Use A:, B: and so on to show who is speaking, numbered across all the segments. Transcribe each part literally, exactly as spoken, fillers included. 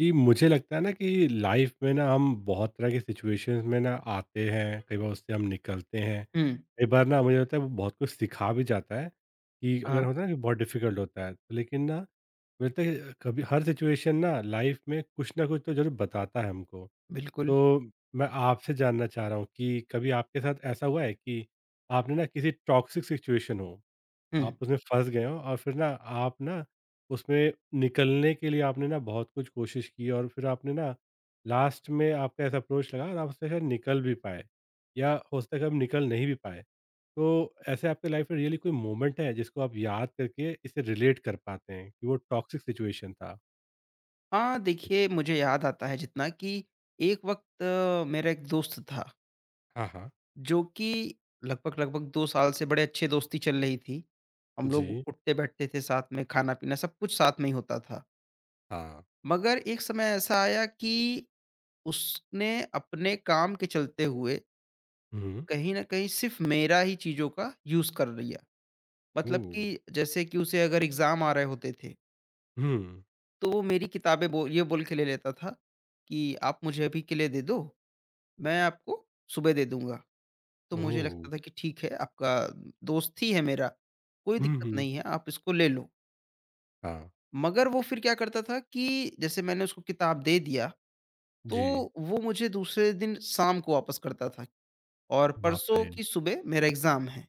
A: जी, मुझे लगता है ना कि लाइफ में ना हम बहुत तरह के सिचुएशंस में ना आते हैं, कई बार उससे हम निकलते हैं।
B: हुँ।
A: कई बार ना मुझे लगता है वो बहुत कुछ सिखा भी जाता है कि
B: हाँ,
A: अगर होता है ना कि बहुत डिफ़िकल्ट होता है, तो लेकिन ना मुझे लगता है कि कभी हर सिचुएशन ना लाइफ में कुछ ना कुछ तो ज़रूर बताता है हमको।
B: बिल्कुल।
A: तो मैं आपसे जानना चाह रहा हूँ कि कभी आपके साथ ऐसा हुआ है कि आपने ना किसी टॉक्सिक सिचुएशन हो आप
B: हुँ।
A: उसमें फँस गए हो और फिर ना आप ना उसमें निकलने के लिए आपने ना बहुत कुछ कोशिश की और फिर आपने ना लास्ट में आपका ऐसा अप्रोच लगा और आप उससे शायद निकल भी पाए या हो सकता है कि आप निकल नहीं भी पाए तो ऐसे आपके लाइफ में रियली कोई मोमेंट है जिसको आप याद करके इसे रिलेट कर पाते हैं कि वो टॉक्सिक सिचुएशन था।
B: हाँ, देखिए मुझे याद आता है जितना कि एक वक़्त मेरा एक दोस्त था,
A: हाँ हाँ।
B: जो कि लगभग-लगभग दो साल से बड़े अच्छे दोस्ती चल रही थी। हम लोग
A: जी।
B: उठते-बैठते थे साथ में, खाना-पीना सब कुछ साथ में ही होता था।
A: हाँ।
B: मगर एक समय ऐसा आया कि उसने अपने काम के चलते हुए
A: हम्म।
B: कहीं न कहीं सिर्फ़ मेरा ही चीज़ों का यूज़ कर लिया।
A: ओ।
B: मतलब कि जैसे कि उसे अगर एग्ज़ाम आ रहे होते थे,
A: हम्म।
B: तो वो मेरी किताबें बो ये बोल के ले लेता था कि आप मुझे अभी के लिए दे दो, मैं आपको सुबह दे दूँगा। तो मुझे
A: ओ।
B: लगता था कि ठीक है, आपका दोस्त ही है मेरा, कोई
A: हम्म,
B: दिक्कत
A: हम्म,
B: नहीं है, आप इसको ले लो।
A: हाँ।
B: मगर वो फिर क्या करता था कि जैसे मैंने उसको किताब दे दिया, तो
A: जी।
B: वो मुझे दूसरे दिन शाम को वापस करता था और
A: बाप
B: परसों
A: रे।
B: की सुबह मेरा एग्ज़ाम है।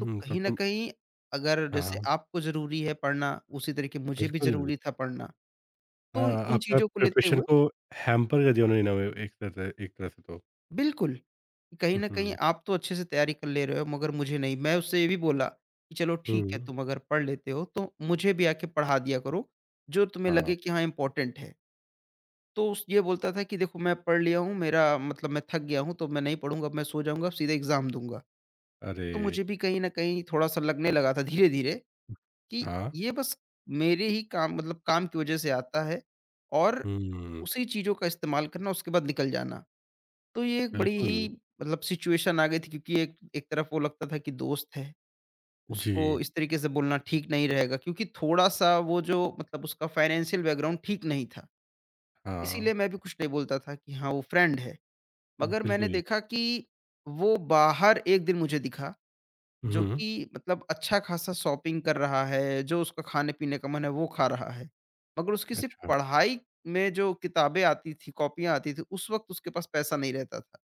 B: तो
A: तो
B: कहीं न
A: तुम।
B: कहीं अगर जैसे
A: हाँ,
B: आपको ज़रूरी है पढ़ना, उसी तरीके मुझे भी
A: बिल्कुल।
B: ज़रूरी था पढ़ना। तो
A: हाँ,
B: इन
A: आपका
B: चीज़ों को लेते
A: प्रिपरेशन
B: हुए
A: को हैम्पर कर दिया उन्होंने ना वो एक तरह से- एक तरह से तो।
B: बिल्कुल। कहीं न कहीं
A: हुँ,
B: आप तो अच्छे से तैयारी कर ले रहे हो, मगर मुझे नहीं। मैं उससे ये भी बोला कि चलो ठीक है,
A: हुँ,
B: तुम अगर पढ़ लेते हो तो मुझे भी आके पढ़ा दिया करो, जो तुम्हें
A: हाँ,
B: लगे कि हाँ इम्पोर्टेंट है। तो उस ये बोलता था कि देखो मैं पढ़ लिया हूँ, मेरा मतलब मैं थक गया हूँ, तो मैं नहीं पढ़ूँगा, अब मैं सो जाऊँगा, अब सीधे एग्ज़ाम दूँगा। तो
A: अरे!
B: मुझे भी कहीं न कहीं थोड़ा-सा लगने लगा था धीरे-धीरे कि
A: हाँ,
B: ये बस मेरे ही काम मतलब काम की वज़ह से आता है और
A: हुँ,
B: उसी चीज़ों का इस्तेमाल करना, उसके बाद निकल जाना। तो ये एक बड़ी
A: बिल्कुल।
B: ही मतलब सिचुएशन आ गई थी, क्योंकि एक एक तरफ वो लगता था कि दोस्त है, उसको
A: जी,
B: इस तरीके से बोलना ठीक नहीं रहेगा, क्योंकि थोड़ा-सा वो जो मतलब उसका फाइनेंशियल बैकग्राउंड ठीक नहीं था।
A: हाँ,
B: इसीलिए मैं भी कुछ नहीं बोलता था कि हाँ, वो फ्रेंड है। मगर मैंने
A: बिल्कुल।
B: देखा कि वो बाहर एक दिन मुझे दिखा, जो
A: हुँ,
B: कि मतलब अच्छा-खासा शॉपिंग कर रहा है, जो उसका खाने-पीने का मन है वो खा रहा है। मगर उसकी सिर्फ़
A: अच्छा,
B: पढ़ाई में जो किताबें आती थी, कॉपियाँ आती थी, उस वक़्त उसके पास पैसा नहीं रहता था।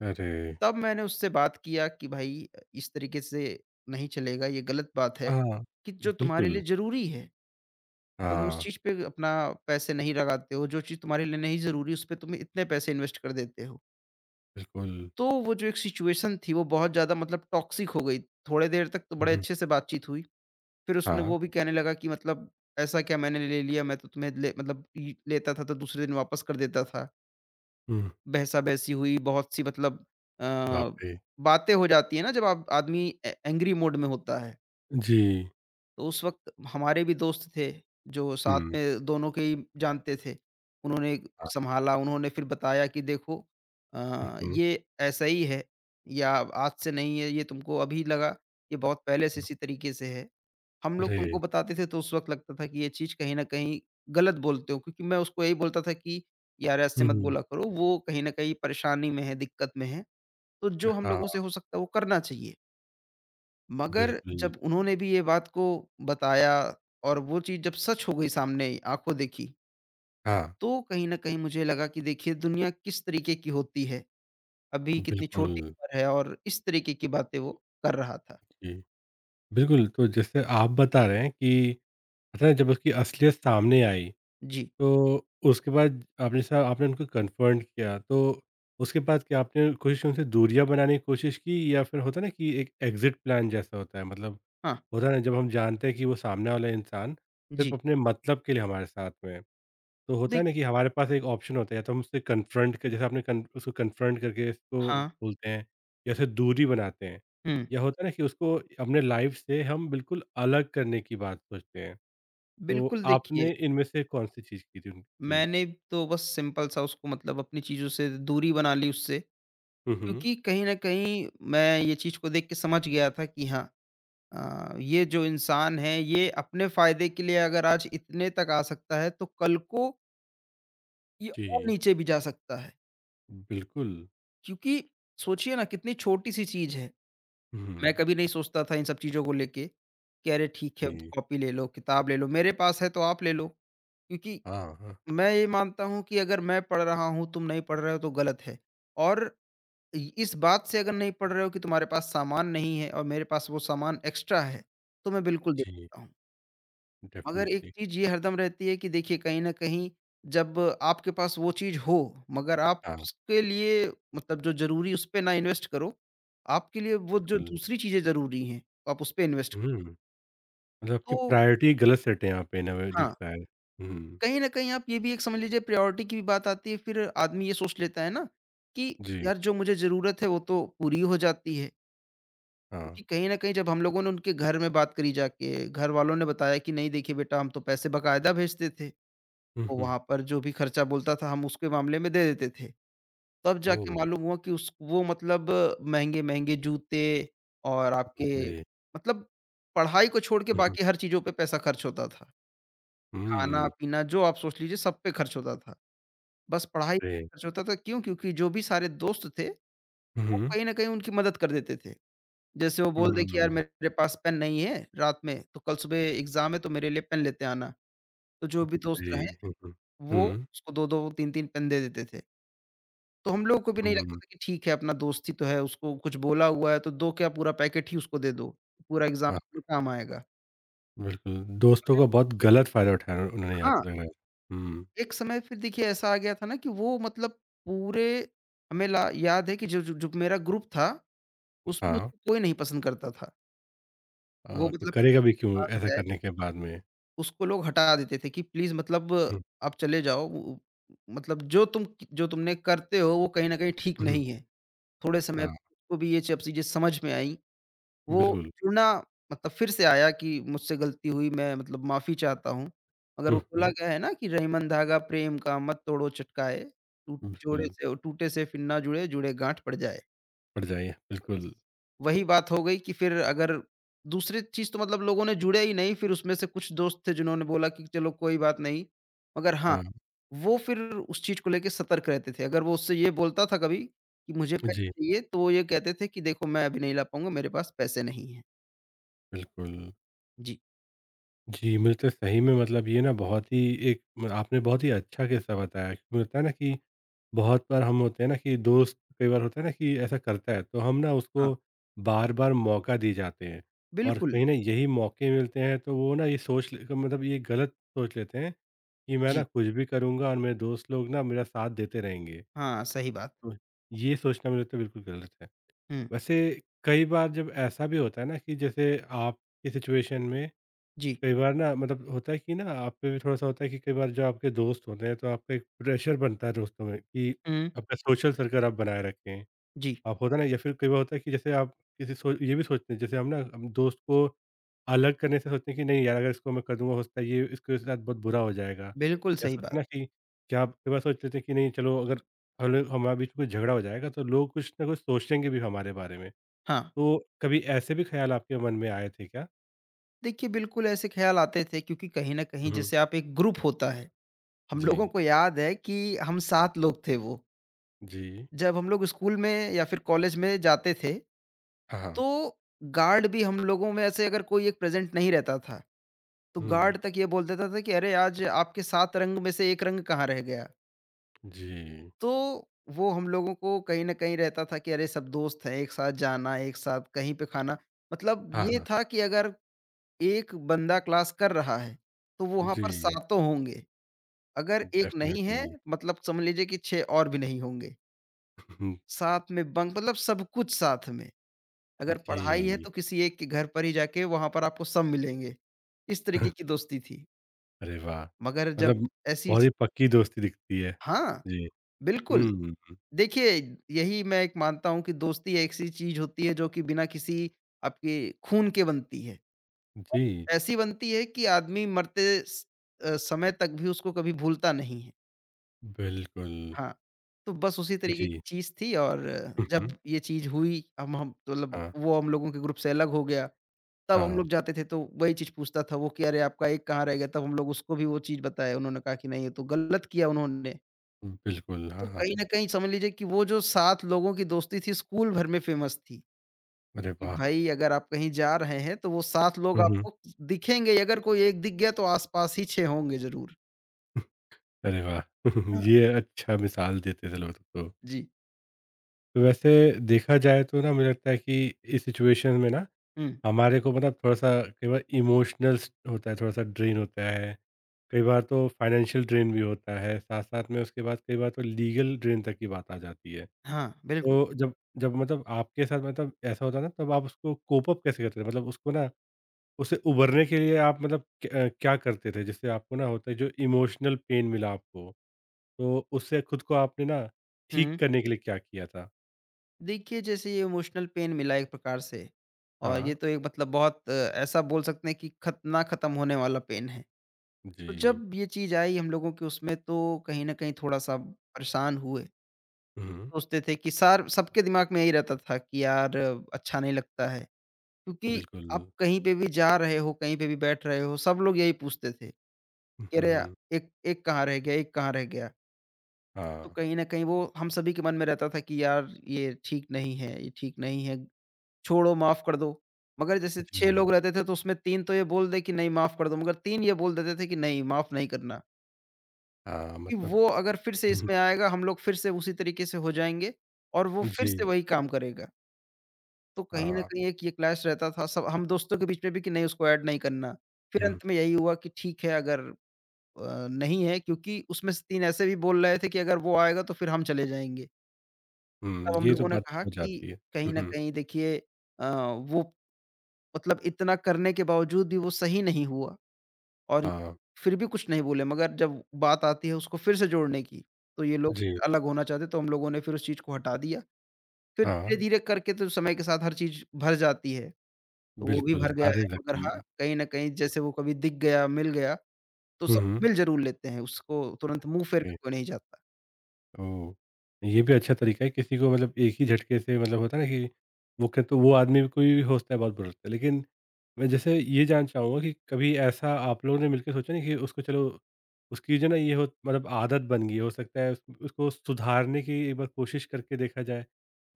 A: अरे!
B: तब मैंने उससे बात किया कि भाई अ, इस तरीके से नहीं चलेगा, ये गलत बात है
A: हाँ,
B: कि जो तुम्हारे लिए
A: बिल्कुल,
B: ज़रूरी है, तुम उस
A: हाँ,
B: चीज़ पे अपना पैसे नहीं लगाते हो, जो चीज़ तुम्हारे लिए नहीं ज़रूरी उस पे तुम इतने पैसे इन्वेस्ट कर देते हो।
A: बिल्कुल।
B: तो वो जो एक सिचुएशन थी वो बहुत ज़्यादा मतलब टॉक्सिक हो गई। थोड़े देर तक तो बड़े
A: हुँ,
B: अच्छे से बातचीत हुई, फिर उसने
A: हाँ,
B: वो भी कहने लगा कि मतलब ऐसा क्या मैंने ले लिया, मैं तो तुम्हें ले मतलब इ लेता था तो दूसरे दिन वापस कर देता था।
A: हुँ,
B: बहसा-बहसी हुई, बहुत सी मतलब अ,
A: बाप रे!
B: बातें हो जाती हैं ना जब आप आदमी ए एंग्री मोड में होता है।
A: जी,
B: तो उस वक़्त हमारे भी दोस्त थे जो साथ
A: हुँ,
B: में दोनों के ही जानते थे। उन्होंने
A: हाँ,
B: सँभाला, उन्होंने फिर बताया कि देखो
A: हुँ,
B: अ,
A: हुँ,
B: ये ऐसा ही है या आज से नहीं है, ये तुमको अभी लगा, ये बहुत पहले से इसी तरीके से है। हम लोग
A: अरे!
B: तुमको बताते थे तो उस वक़्त लगता था कि ये चीज़ कहीं न कहीं गलत बोलते हो, क्योंकि मैं उसको यही बोलता था कि यार ऐसे मत
A: हुँ,
B: बोला करो, वो कहीं न कहीं परेशानी में है, दिक्कत में है, तो जो हम
A: हाँ,
B: लोगों से हो सकता है वो करना चाहिए। मगर
A: बिल्कुल,
B: जब उन्होंने भी ये बात को बताया और वो चीज़ जब सच हो गई सामने आँखों देखी,
A: हाँ,
B: तो कहीं न कहीं मुझे लगा कि देखिए दुनिया किस तरीके की होती है, अभी कितनी छोटी
A: बिल्कुल,
B: उम्र है और इस तरीके की बातें वो कर रहा था।
A: जी। बिल्कुल, तो जैसे आप बता रहे हैं कि पता है जब उसकी असलियत सामने आई
B: जी,
A: तो उसके बाद आपने सा आपने उनको कन्फ्रंट किया तो उसके बाद क्या आपने कोशिश उनसे दूरियां बनाने की कोशिश की या फिर होता है ना कि एक एग्जिट प्लान जैसा होता है मतलब
B: हाँ,
A: होता है ना जब हम जानते हैं कि वो सामने वाला इंसान
B: जी।
A: सिर्फ अपने मतलब के लिए हमारे साथ में है, तो होता है
B: देख
A: ना कि हमारे पास एक ऑप्शन होता है या तो हम उससे कन्फ्रंट कर जैसे आपने कन, उसको कन्फ्रंट करके उसको
B: हाँ,
A: बोलते हैं या उसे दूरी बनाते हैं
B: हुँ,
A: या होता है ना कि उसको अपने लाइफ से हम बिल्कुल अलग करने की बात सोचते हैं। तो
B: बिल्कुल देखिए,
A: आपने इनमें से कौन-सी चीज़ की थी उन जी।
B: मैंने तो बस सिंपल सा उसको मतलब अपनी चीज़ों से दूरी बना ली उससे,
A: हुँ, हुँ।
B: क्योंकि कहीं न कहीं मैं ये चीज़ को देख के समझ गया था कि हाँ अ, ये जो इंसान है ये अपने फ़ायदे के लिए अगर आज इतने तक आ सकता है तो कल को ये और
A: जी,
B: नीचे भी जा सकता है।
A: बिल्कुल।
B: क्योंकि सोचिए ना कितनी छोटी-सी चीज़ है, मैं
A: हुँ,
B: कभी नहीं सोचता था इन सब चीज़ों को लेके कि अरे ठीक है,
A: जी।
B: कॉपी ले लो, किताब ले लो, मेरे पास है तो आप ले लो। क्योंकि
A: हाँ, हाँ।
B: मैं ये मानता हूँ कि अगर मैं पढ़ रहा हूँ, तुम नहीं पढ़ रहे हो तो गलत है और इ- इस बात से अगर नहीं पढ़ रहे हो कि तुम्हारे पास सामान नहीं है और मेरे पास वो सामान एक्स्ट्रा है, तो मैं बिल्कुल दे
A: जी,
B: देता हूँ। मगर एक
A: डेफ़िनेटली।
B: चीज ये हरदम रहती है कि देखिए कहीं ना कहीं जब आपके पास वो चीज हो, मगर आप
A: हाँ,
B: उसके लिए मतलब जो जरूरी उस पर ना इन्वेस्ट करो, आपके लिए वो जो
A: बिल्कुल।
B: दूसरी चीजें जरूरी हैं तो आप उस पर इन्वेस्ट
A: हुँ,
B: करो।
A: मतलब आपकी
B: तो
A: प्रायोरिटी गलत सेट है यहाँ पे इन अ वे
B: हाँ,
A: दिख रहा है। हुँ,
B: कहीं ना कहीं आप ये भी एक समझ लीजिए, प्रायोरिटी की भी बात आती है फिर। आदमी ये सोच लेता है ना कि
A: जी,
B: यार जो मुझे जरूरत है वो तो पूरी हो जाती है।
A: हाँ।
B: क्योंकि कहीं न कहीं जब हम लोगों ने उनके घर में बात करी जाके, घर वालों ने बताया कि नहीं देखिए बेटा, हम तो पैसे बकायदा भेजते थे,
A: हुँ,
B: वो
A: हुँ।
B: वहाँ पर जो भी खर्चा बोलता था हम उसके मामले में दे देते थे। तब
A: ओह!
B: जाके मालूम हुआ कि उस वो मतलब महँगे-महँगे जूते और
A: बाप
B: आपके
A: रे!
B: मतलब पढ़ाई को छोड़ के
A: हुँ, हुँ।
B: बाकी हर चीज़ों पे पैसा खर्च होता था।
A: हुँ,
B: खाना-पीना जो आप सोच लीजिए सब पे खर्च होता था। बस पढ़ाई
A: रे
B: पे खर्च होता था क्यों? क्योंकि जो भी सारे दोस्त थे,
A: हुँ,
B: वो
A: हुँ।
B: कहीं न कहीं उनकी मदद कर देते थे। जैसे वो बोल दे कि यार
A: हुँ,
B: मेरे पास पेन नहीं है रात में, तो कल सुबह एग्ज़ाम है तो मेरे लिए पेन लेते आना। तो जो भी दोस्त
A: रे
B: रहे
A: हुँ, हुँ।
B: वो उसको दो दो तीन तीन पेन दे देते थे। तो हम लोगों को भी
A: हुँ,
B: नहीं लगता
A: हुँ,
B: था कि ठीक है अपना दोस्त ही तो है, उसको कुछ बोला हुआ है तो दो क्या पूरा पैकेट ही उसको दे दो, पूरा एग्ज़ाम
A: हाँ,
B: में काम आएगा।
A: बिल्कुल। दोस्तों का बहुत गलत फ़ायदा उठाया उन्होंने यहाँ
B: हाँ,
A: पे लग रहा है। हुँ,
B: एक समय फिर देखिए ऐसा आ गया था ना कि वो मतलब पूरे हमें ला याद है कि जो जो जो मेरा ग्रुप था उसमें
A: हाँ।
B: उसको कोई नहीं पसंद करता था। वो
A: हाँ, कोई
B: मतलब
A: करेगा भी क्यों ऐसा करने के बाद में?
B: उसको लोग हटा देते थे कि प्लीज़ मतलब
A: हुँ,
B: आप चले जाओ। उ मतलब जो तुम जो तुमने करते हो वो कहीं न कहीं ठीक
A: हुँ,
B: नहीं है। थोड़े समय
A: हाँ,
B: को भी ये सब चीज़ें समझ में आईं। वो
A: बिल्कुल।
B: जुड़ना मतलब फिर से आया कि मुझसे गलती हुई, मैं मतलब माफ़ी चाहता हूँ। मगर वो
A: हुँ,
B: बोला
A: हुँ,
B: गया है ना कि रहीमन धागा प्रेम का मत तोड़ो चटकाए, टूट जोड़े
A: बिल्कुल,
B: से टूटे से, फिर ना जुड़े, जुड़े गाँठ पड़ जाए।
A: पड़ जाइए,
B: बस,
A: बिल्कुल।
B: वही बात हो गई कि फिर अगर दूसरी चीज़ तो मतलब लोगों ने जुड़े ही नहीं, फिर उसमें से कुछ दोस्त थे जिन्होंने बोला कि चलो कोई बात नहीं। मगर हाँ,
A: हाँ,
B: वो फिर उस चीज़ को लेके सतर्क रहते थे। अगर वो उससे ये बोलता था कभी कि मुझे पेन
A: जी,
B: चाहिए, तो वो ये कहते थे कि देखो मैं अभी नहीं ला पाऊँगा, मेरे पास पैसे नहीं हैं।
A: बिल्कुल।
B: जी,
A: जी, मुझे तो सही में मतलब ये ना बहुत ही एक म आपने बहुत ही अच्छा किस्सा बताया। मुझे लगता है ना कि बहुत बार हम होते हैं ना कि दोस्त कई बार होता है ना कि ऐसा करता है तो हम ना उसको
B: हाँ,
A: बार बार मौका दिए जाते हैं और
B: बिल्कुल,
A: कहीं ना यही मौके मिलते हैं तो वो ना ये सोच ले- मतलब ये गलत सोच लेते हैं कि मैं ना
B: जी,
A: कुछ भी करूँगा और मेरे दोस्त लोग ना मेरा साथ देते रहेंगे।
B: हाँ, सही बात।
A: हम्म, ये सोचना मेरे तो बिल्कुल गलत है
B: हुँ,
A: वैसे। कई बार जब ऐसा भी होता है ना कि जैसे आपकी सिचुएशन में
B: जी,
A: कई बार ना मतलब होता है कि ना आप पे भी थोड़ा-सा होता है कि कई बार जो आपके दोस्त होते हैं, तो आपका एक प्रेशर बनता है दोस्तों में कि
B: हुँ,
A: आपका सोशल सर्कल आप बनाए रखें।
B: जी,
A: आप होता है ना या फिर कई बार होता है कि जैसे आप किसी सो ये भी सोचते हैं जैसे हम ना हम दोस्त को अलग करने से सोचते हैं कि नहीं यार अगर इसको मैं कर दूँगा हो सकता है ये इसके साथ बहुत बुरा हो जाएगा।
B: बिल्कुल
A: या
B: सही
A: सोचते
B: बात।
A: हैं ना कि क्या आप कई बार सोच लेते हैं कि नहीं चलो अगर हल हमारे बीच में कोई झगड़ा हो जाएगा तो लोग कुछ ना कुछ सोचेंगे भी हमारे बारे में।
B: हाँ,
A: तो कभी ऐसे भी ख़्याल आपके मन में आए थे क्या?
B: देखिए बिल्कुल ऐसे ख़्याल आते थे, क्योंकि कहीं न कहीं
A: हुँ, हुँ।
B: जैसे आप एक ग्रुप होता है, हम
A: जी।
B: लोगों को याद है कि हम सात लोग थे वो।
A: जी।
B: जब हम लोग स्कूल में या फिर कॉलेज में जाते थे,
A: हाँ,
B: तो
A: हाँ।
B: गार्ड भी हम लोगों में ऐसे अगर कोई एक प्रेज़ेंट नहीं रहता था, तो
A: हुँ,
B: गार्ड तक ये बोल देता था कि अरे! आज आपके सात रंग में से एक रंग कहाँ रह गया?
A: जी।
B: तो वो हम लोगों को कहीं न कहीं रहता था कि अरे! सब दोस्त हैं, एक साथ जाना, एक साथ कहीं पे खाना। मतलब
A: हाँ,
B: ये
A: हाँ।
B: था कि अगर एक बंदा क्लास कर रहा है, तो वहाँ पर
A: जी,
B: सातों होंगे। अगर एक नहीं है,
A: डेफ़िनेटली।
B: मतलब समझ लीजिए कि छह और भी नहीं होंगे। साथ में बंक मतलब सब कुछ साथ में। अगर पढ़ाई है
A: जी।
B: तो किसी एक के घर पर ही जाके वहाँ पर आपको सब मिलेंगे। इस तरीके की दोस्ती थी।
A: अरे वाह!
B: मगर जब
A: मतलब
B: ऐसी
A: बहुत ही पक्की दोस्ती दिखती है।
B: हाँ,
A: जी।
B: बिल्कुल।
A: हुँ,
B: देखिए, यही मैं एक मानता हूँ कि दोस्ती एक ऐसी चीज़ होती है जो कि बिना किसी आपके खून के बनती है। और
A: जी,
B: ऐसी बनती है कि आदमी मरते स अ, समय तक भी उसको कभी भूलता नहीं है।
A: बिल्कुल।
B: हाँ, तो बस उसी तरीके
A: जी।
B: की चीज़ थी और
A: हुँ,
B: जब
A: हुँ।
B: ये चीज़ हुई, हम हम तो मतलब
A: हाँ,
B: वो हम लोगों के ग्रुप से अलग हो गया। तब हम
A: हाँ।
B: लोग जाते थे तो वही चीज़ पूछता था वो कि अरे! आपका एक कहाँ रह गया? तब हम लोग उसको भी वो चीज़ बताए, उन्होंने कहा कि नहीं ये तो गलत किया उन्होंने।
A: बिल्कुल,
B: तो
A: हाँ, हाँ।
B: कहीं न कहीं समझ लीजिए कि वो जो सात लोगों की दोस्ती थी स्कूल भर में फेमस थी,
A: अरे
B: कि
A: वाह!
B: भाई अगर आप कहीं जा रहे हैं तो वो सात लोग
A: हुँ, हुँ।
B: आपको दिखेंगे ही। अगर कोई एक दिख गया तो आस-पास ही छह होंगे ज़रूर।
A: अरे वाह!
B: हाँ,
A: ये अच्छा मिसाल देते थे लोग तो।
B: जी।
A: तो वैसे देखा जाए तो ना मुझे लगता है कि इस सिचुएशन में ना
B: हुँ,
A: हमारे को मतलब थोड़ा-सा कई बार इमोशनल होता है, थोड़ा-सा ड्रेन होता है। कई बार तो फाइनेंशियल ड्रेन भी होता है, साथ-साथ में उसके बाद कई बार तो लीगल ड्रेन तक की बात आ जाती है।
B: हाँ, बिल्कुल।
A: तो जब जब मतलब आपके साथ मतलब ऐसा होता है ना तब आप उसको कोप अप कैसे करते थे? मतलब उसको ना उससे उभरने के लिए आप मतलब क अ, क्या करते थे? जिससे आपको ना होता है जो इमोशनल पेन मिला आपको, तो उससे खुद को आपने ना ठीक
B: हुँ।
A: करने के लिए क्या किया था?
B: देखिए जैसे ये इमोशनल पेन मिला एक प्रकार से, और ये
A: हाँ,
B: तो एक मतलब बहुत अ, ऐसा बोल सकते हैं कि खत ना खत्म होने वाला पेन है। तो
A: जी।
B: जब ये चीज़ आई हम लोगों के उसमें, तो कहीं न कहीं थोड़ा-सा परेशान हुए।
A: हुँ,
B: सोचते थे कि सार सबके दिमाग में यही रहता था कि यार अच्छा नहीं लगता है। क्योंकि
A: बिल्कुल।
B: आप कहीं पे भी जा रहे हो, कहीं पे भी बैठ रहे हो, सब लोग यही पूछते थे कि अरे या
A: हुँ,
B: एक एक कहाँ रह गया, एक कहाँ रह गया? तो
A: हाँ,
B: कहीं न कहीं वो हम सभी के मन में रहता था कि यार ये ठीक नहीं है, ये ठीक नहीं है, छोड़ो माफ़ कर दो। मगर जैसे छह
A: जी,
B: लोग रहते थे तो उसमें तीन तो ये बोल दे कि नहीं माफ़ कर दो, मगर तीन ये बोल देते थे कि नहीं माफ़ नहीं करना।
A: हाँ,
B: कि
A: मतलब
B: वो अगर फिर से
A: हुँ,
B: इसमें आएगा, हम लोग फिर से उसी तरीके से हो जाएँगे और वो फिर से
A: जी,
B: वही काम करेगा। तो कहीं न
A: हाँ,
B: कहीं एक ये क्लैश रहता था सब हम दोस्तों के बीच में भी कि नहीं उसको ऐड नहीं करना। फिर
A: हुँ,
B: अंत में यही हुआ कि ठीक है, अगर अ, नहीं है, क्योंकि उसमें से तीन ऐसे भी बोल रहे थे कि अगर वो आएगा तो फिर हम चले जाएँगे।
A: हुँ,
B: तब हम
A: ये तो
B: लोगों ने
A: बात
B: कहा
A: हो
B: कि
A: जाती है।
B: कहीं
A: हुँ,
B: न
A: हुँ,
B: कहीं देखिए, अ, वो मतलब इतना करने के बावजूद भी वो सही नहीं हुआ। और
A: हाँ,
B: फिर भी कुछ नहीं बोले, मगर जब बात आती है उसको फिर से जोड़ने की, तो ये लोग
A: जी,
B: फिर अलग होना चाहते, तो हम लोगों ने फिर उस चीज़ को हटा दिया। फिर
A: हाँ,
B: धीरे-धीरे करके तो समय के साथ हर चीज़ भर जाती है, तो वो भी
A: बिल्कुल,
B: भर गया
A: सारे
B: है। मगर
A: रकम
B: हाँ, कहीं न कहीं जैसे वो कभी दिख गया, मिल गया, तो
A: हुँ,
B: सब
A: हुँ,
B: मिल ज़रूर लेते हैं, उसको तुरंत मुँह फेर के
A: जी।
B: कोई नहीं जाता।
A: ओह! ये भी अच्छा तरीका है किसी को मतलब एक ही झटके से मतलब होता है ना कि वो कहते तो वो आदमी भी कोई भी हो सकता है बहुत बुरा लगता है। लेकिन मैं जैसे ये जानना चाहूँगा कि कभी ऐसा आप लोगों ने मिलके सोचा नहीं कि उसको चलो उसकी जो ना ये हो मतलब आदत बन गई है, हो सकता है उस उसको सुधारने की एक बार कोशिश करके देखा जाए।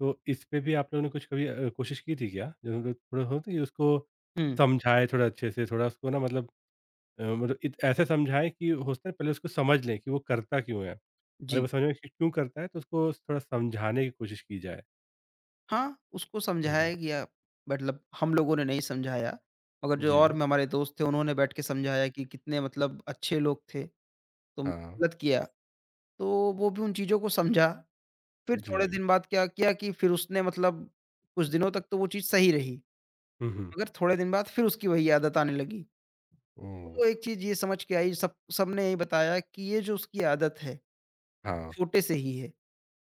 A: तो इस पे भी आप लोगों ने कुछ कभी अ, कोशिश की थी क्या? जो मतलब थोड़ा होता है कि उसको
B: हुँ,
A: समझाएँ थोड़ा अच्छे से, थोड़ा उसको ना मतलब अ, मतलब इत ऐसे समझाएँ कि होता है पहले उसको समझ लें कि वो करता क्यों है? और
B: जी।
A: वो समझ में कि क्यों करता है तो उसको थोड़ा समझाने की कोशिश की जाए।
B: हाँ, उसको
A: हुँ, हुँ।
B: समझाया गया, मतलब हम लोगों ने नहीं समझाया, मगर जो और
A: जी।
B: में हमारे दोस्त थे उन्होंने बैठ के समझाया कि कितने मतलब अच्छे लोग थे, तुम
A: हाँ।
B: गलत किया। तो वो भी उन चीज़ों को समझा। फिर थोड़े
A: जी।
B: दिन बाद क्या किया कि फिर उसने मतलब, कुछ दिनों तक तो वो चीज़ सही रही,
A: हुँ, हुँ।
B: मगर थोड़े दिन बाद फिर उसकी वही आदत आने लगी।
A: ओह!
B: तो एक चीज़ ये समझ के आई, सब सबने यही बताया कि ये जो उसकी आदत है,
A: हाँ।
B: छोटे से ही है।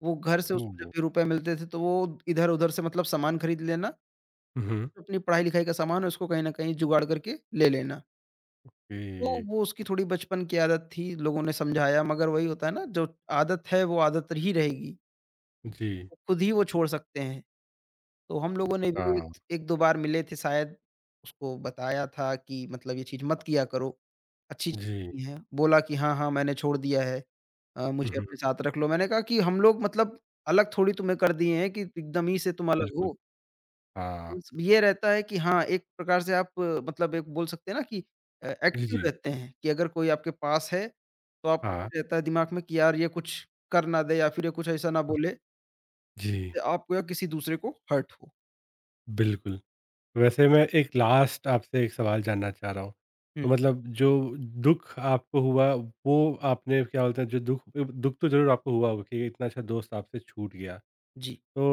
B: वो घर से उसको जब
A: ओह!
B: भी रुपए मिलते थे, तो वो इधर-उधर से मतलब सामान खरीद लेना,
A: हुँ, हुँ।
B: अपनी पढ़ाई-लिखाई का सामान है उसको कहीं न कहीं जुगाड़ करके ले लेना। तो
A: जी।
B: वो उसकी थोड़ी बचपन की आदत थी, लोगों ने समझाया, मगर वही होता है ना, जो आदत है वो आदत ही रहेगी।
A: जी।
B: वो खुद ही वो छोड़ सकते हैं। तो हम लोगों ने भी
A: हाँ।
B: एक दो बार मिले थे शायद, उसको बताया था कि मतलब ये चीज़ मत किया करो, अच्छी
A: जी।
B: चीज़ नहीं है। बोला कि हाँ, हाँ, मैंने छोड़ दिया है, अ,
A: हुँ,
B: मुझे
A: हुँ।
B: अपने साथ रख लो। मैंने कहा कि हम लोग मतलब अलग थोड़ी तुम्हें कर दिए हैं कि एकदम ही से तुम अलग
A: बिल्कुल।
B: हो।
A: हाँ।
B: मीन्स ये रहता है कि हाँ, एक प्रकार से आप अ, मतलब एक बोल सकते हैं ना कि अ,
A: जी,
B: एक्टिव
A: जी।
B: रहते हैं, कि अगर कोई आपके पास है, तो आपको भी
A: हाँ।
B: रहता है दिमाग में कि यार ये कुछ कर ना दे या फिर ये कुछ ऐसा ना बोले,
A: जी।
B: आपको या किसी दूसरे को हर्ट हो।
A: बिल्कुल। वैसे मैं एक लास्ट आपसे एक सवाल जानना चाह रहा हूँ।
B: हुँ,
A: तो मतलब जो दुःख आपको हुआ वो आपने क्या बोलते हैं जो दुःख दुःख तो ज़रूर आपको हुआ होगा कि इतना अच्छा दोस्त आपसे छूट गया।
B: जी।
A: तो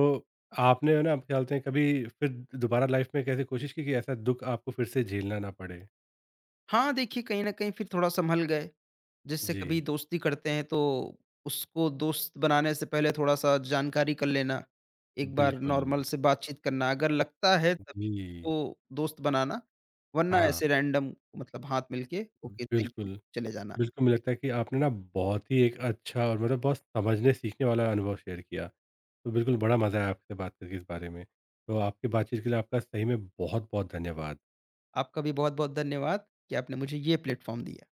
A: आपने है ना आप क्या बोलते हैं कभी फिर दोबारा लाइफ़ में कैसे कोशिश की कि ऐसा दुःख आपको फिर से झेलना ना पड़े?
B: हाँ, देखिए कहीं न कहीं फिर थोड़ा सँभल गए। जिससे कभी
A: जी,
B: दोस्ती करते हैं तो उसको दोस्त बनाने से पहले थोड़ा-सा जानकारी कर लेना। एक बार
A: बिल्कुल।
B: नॉर्मल से बातचीत करना, अगर लगता है तब
A: जी।
B: उसको दोस्त बनाना, वरना
A: हाँ,
B: ऐसे रैंडम मतलब हाथ मिल के ओके, थैंक
A: बिल्कुल।
B: यू, चले जाना।
A: बिल्कुल, मुझे लगता है कि आपने ना बहुत ही एक अच्छा और मतलब बहुत समझने सीखने वाला अनुभव शेयर किया। तो बिल्कुल बड़ा मज़ा आया आपसे बात करके इस बारे में। तो आपकी बातचीत के लिए आपका सही में बहुत-बहुत धन्यवाद।
B: आपका भी बहुत-बहुत धन्यवाद कि आपने मुझे ये प्लेटफ़ॉर्म दिया।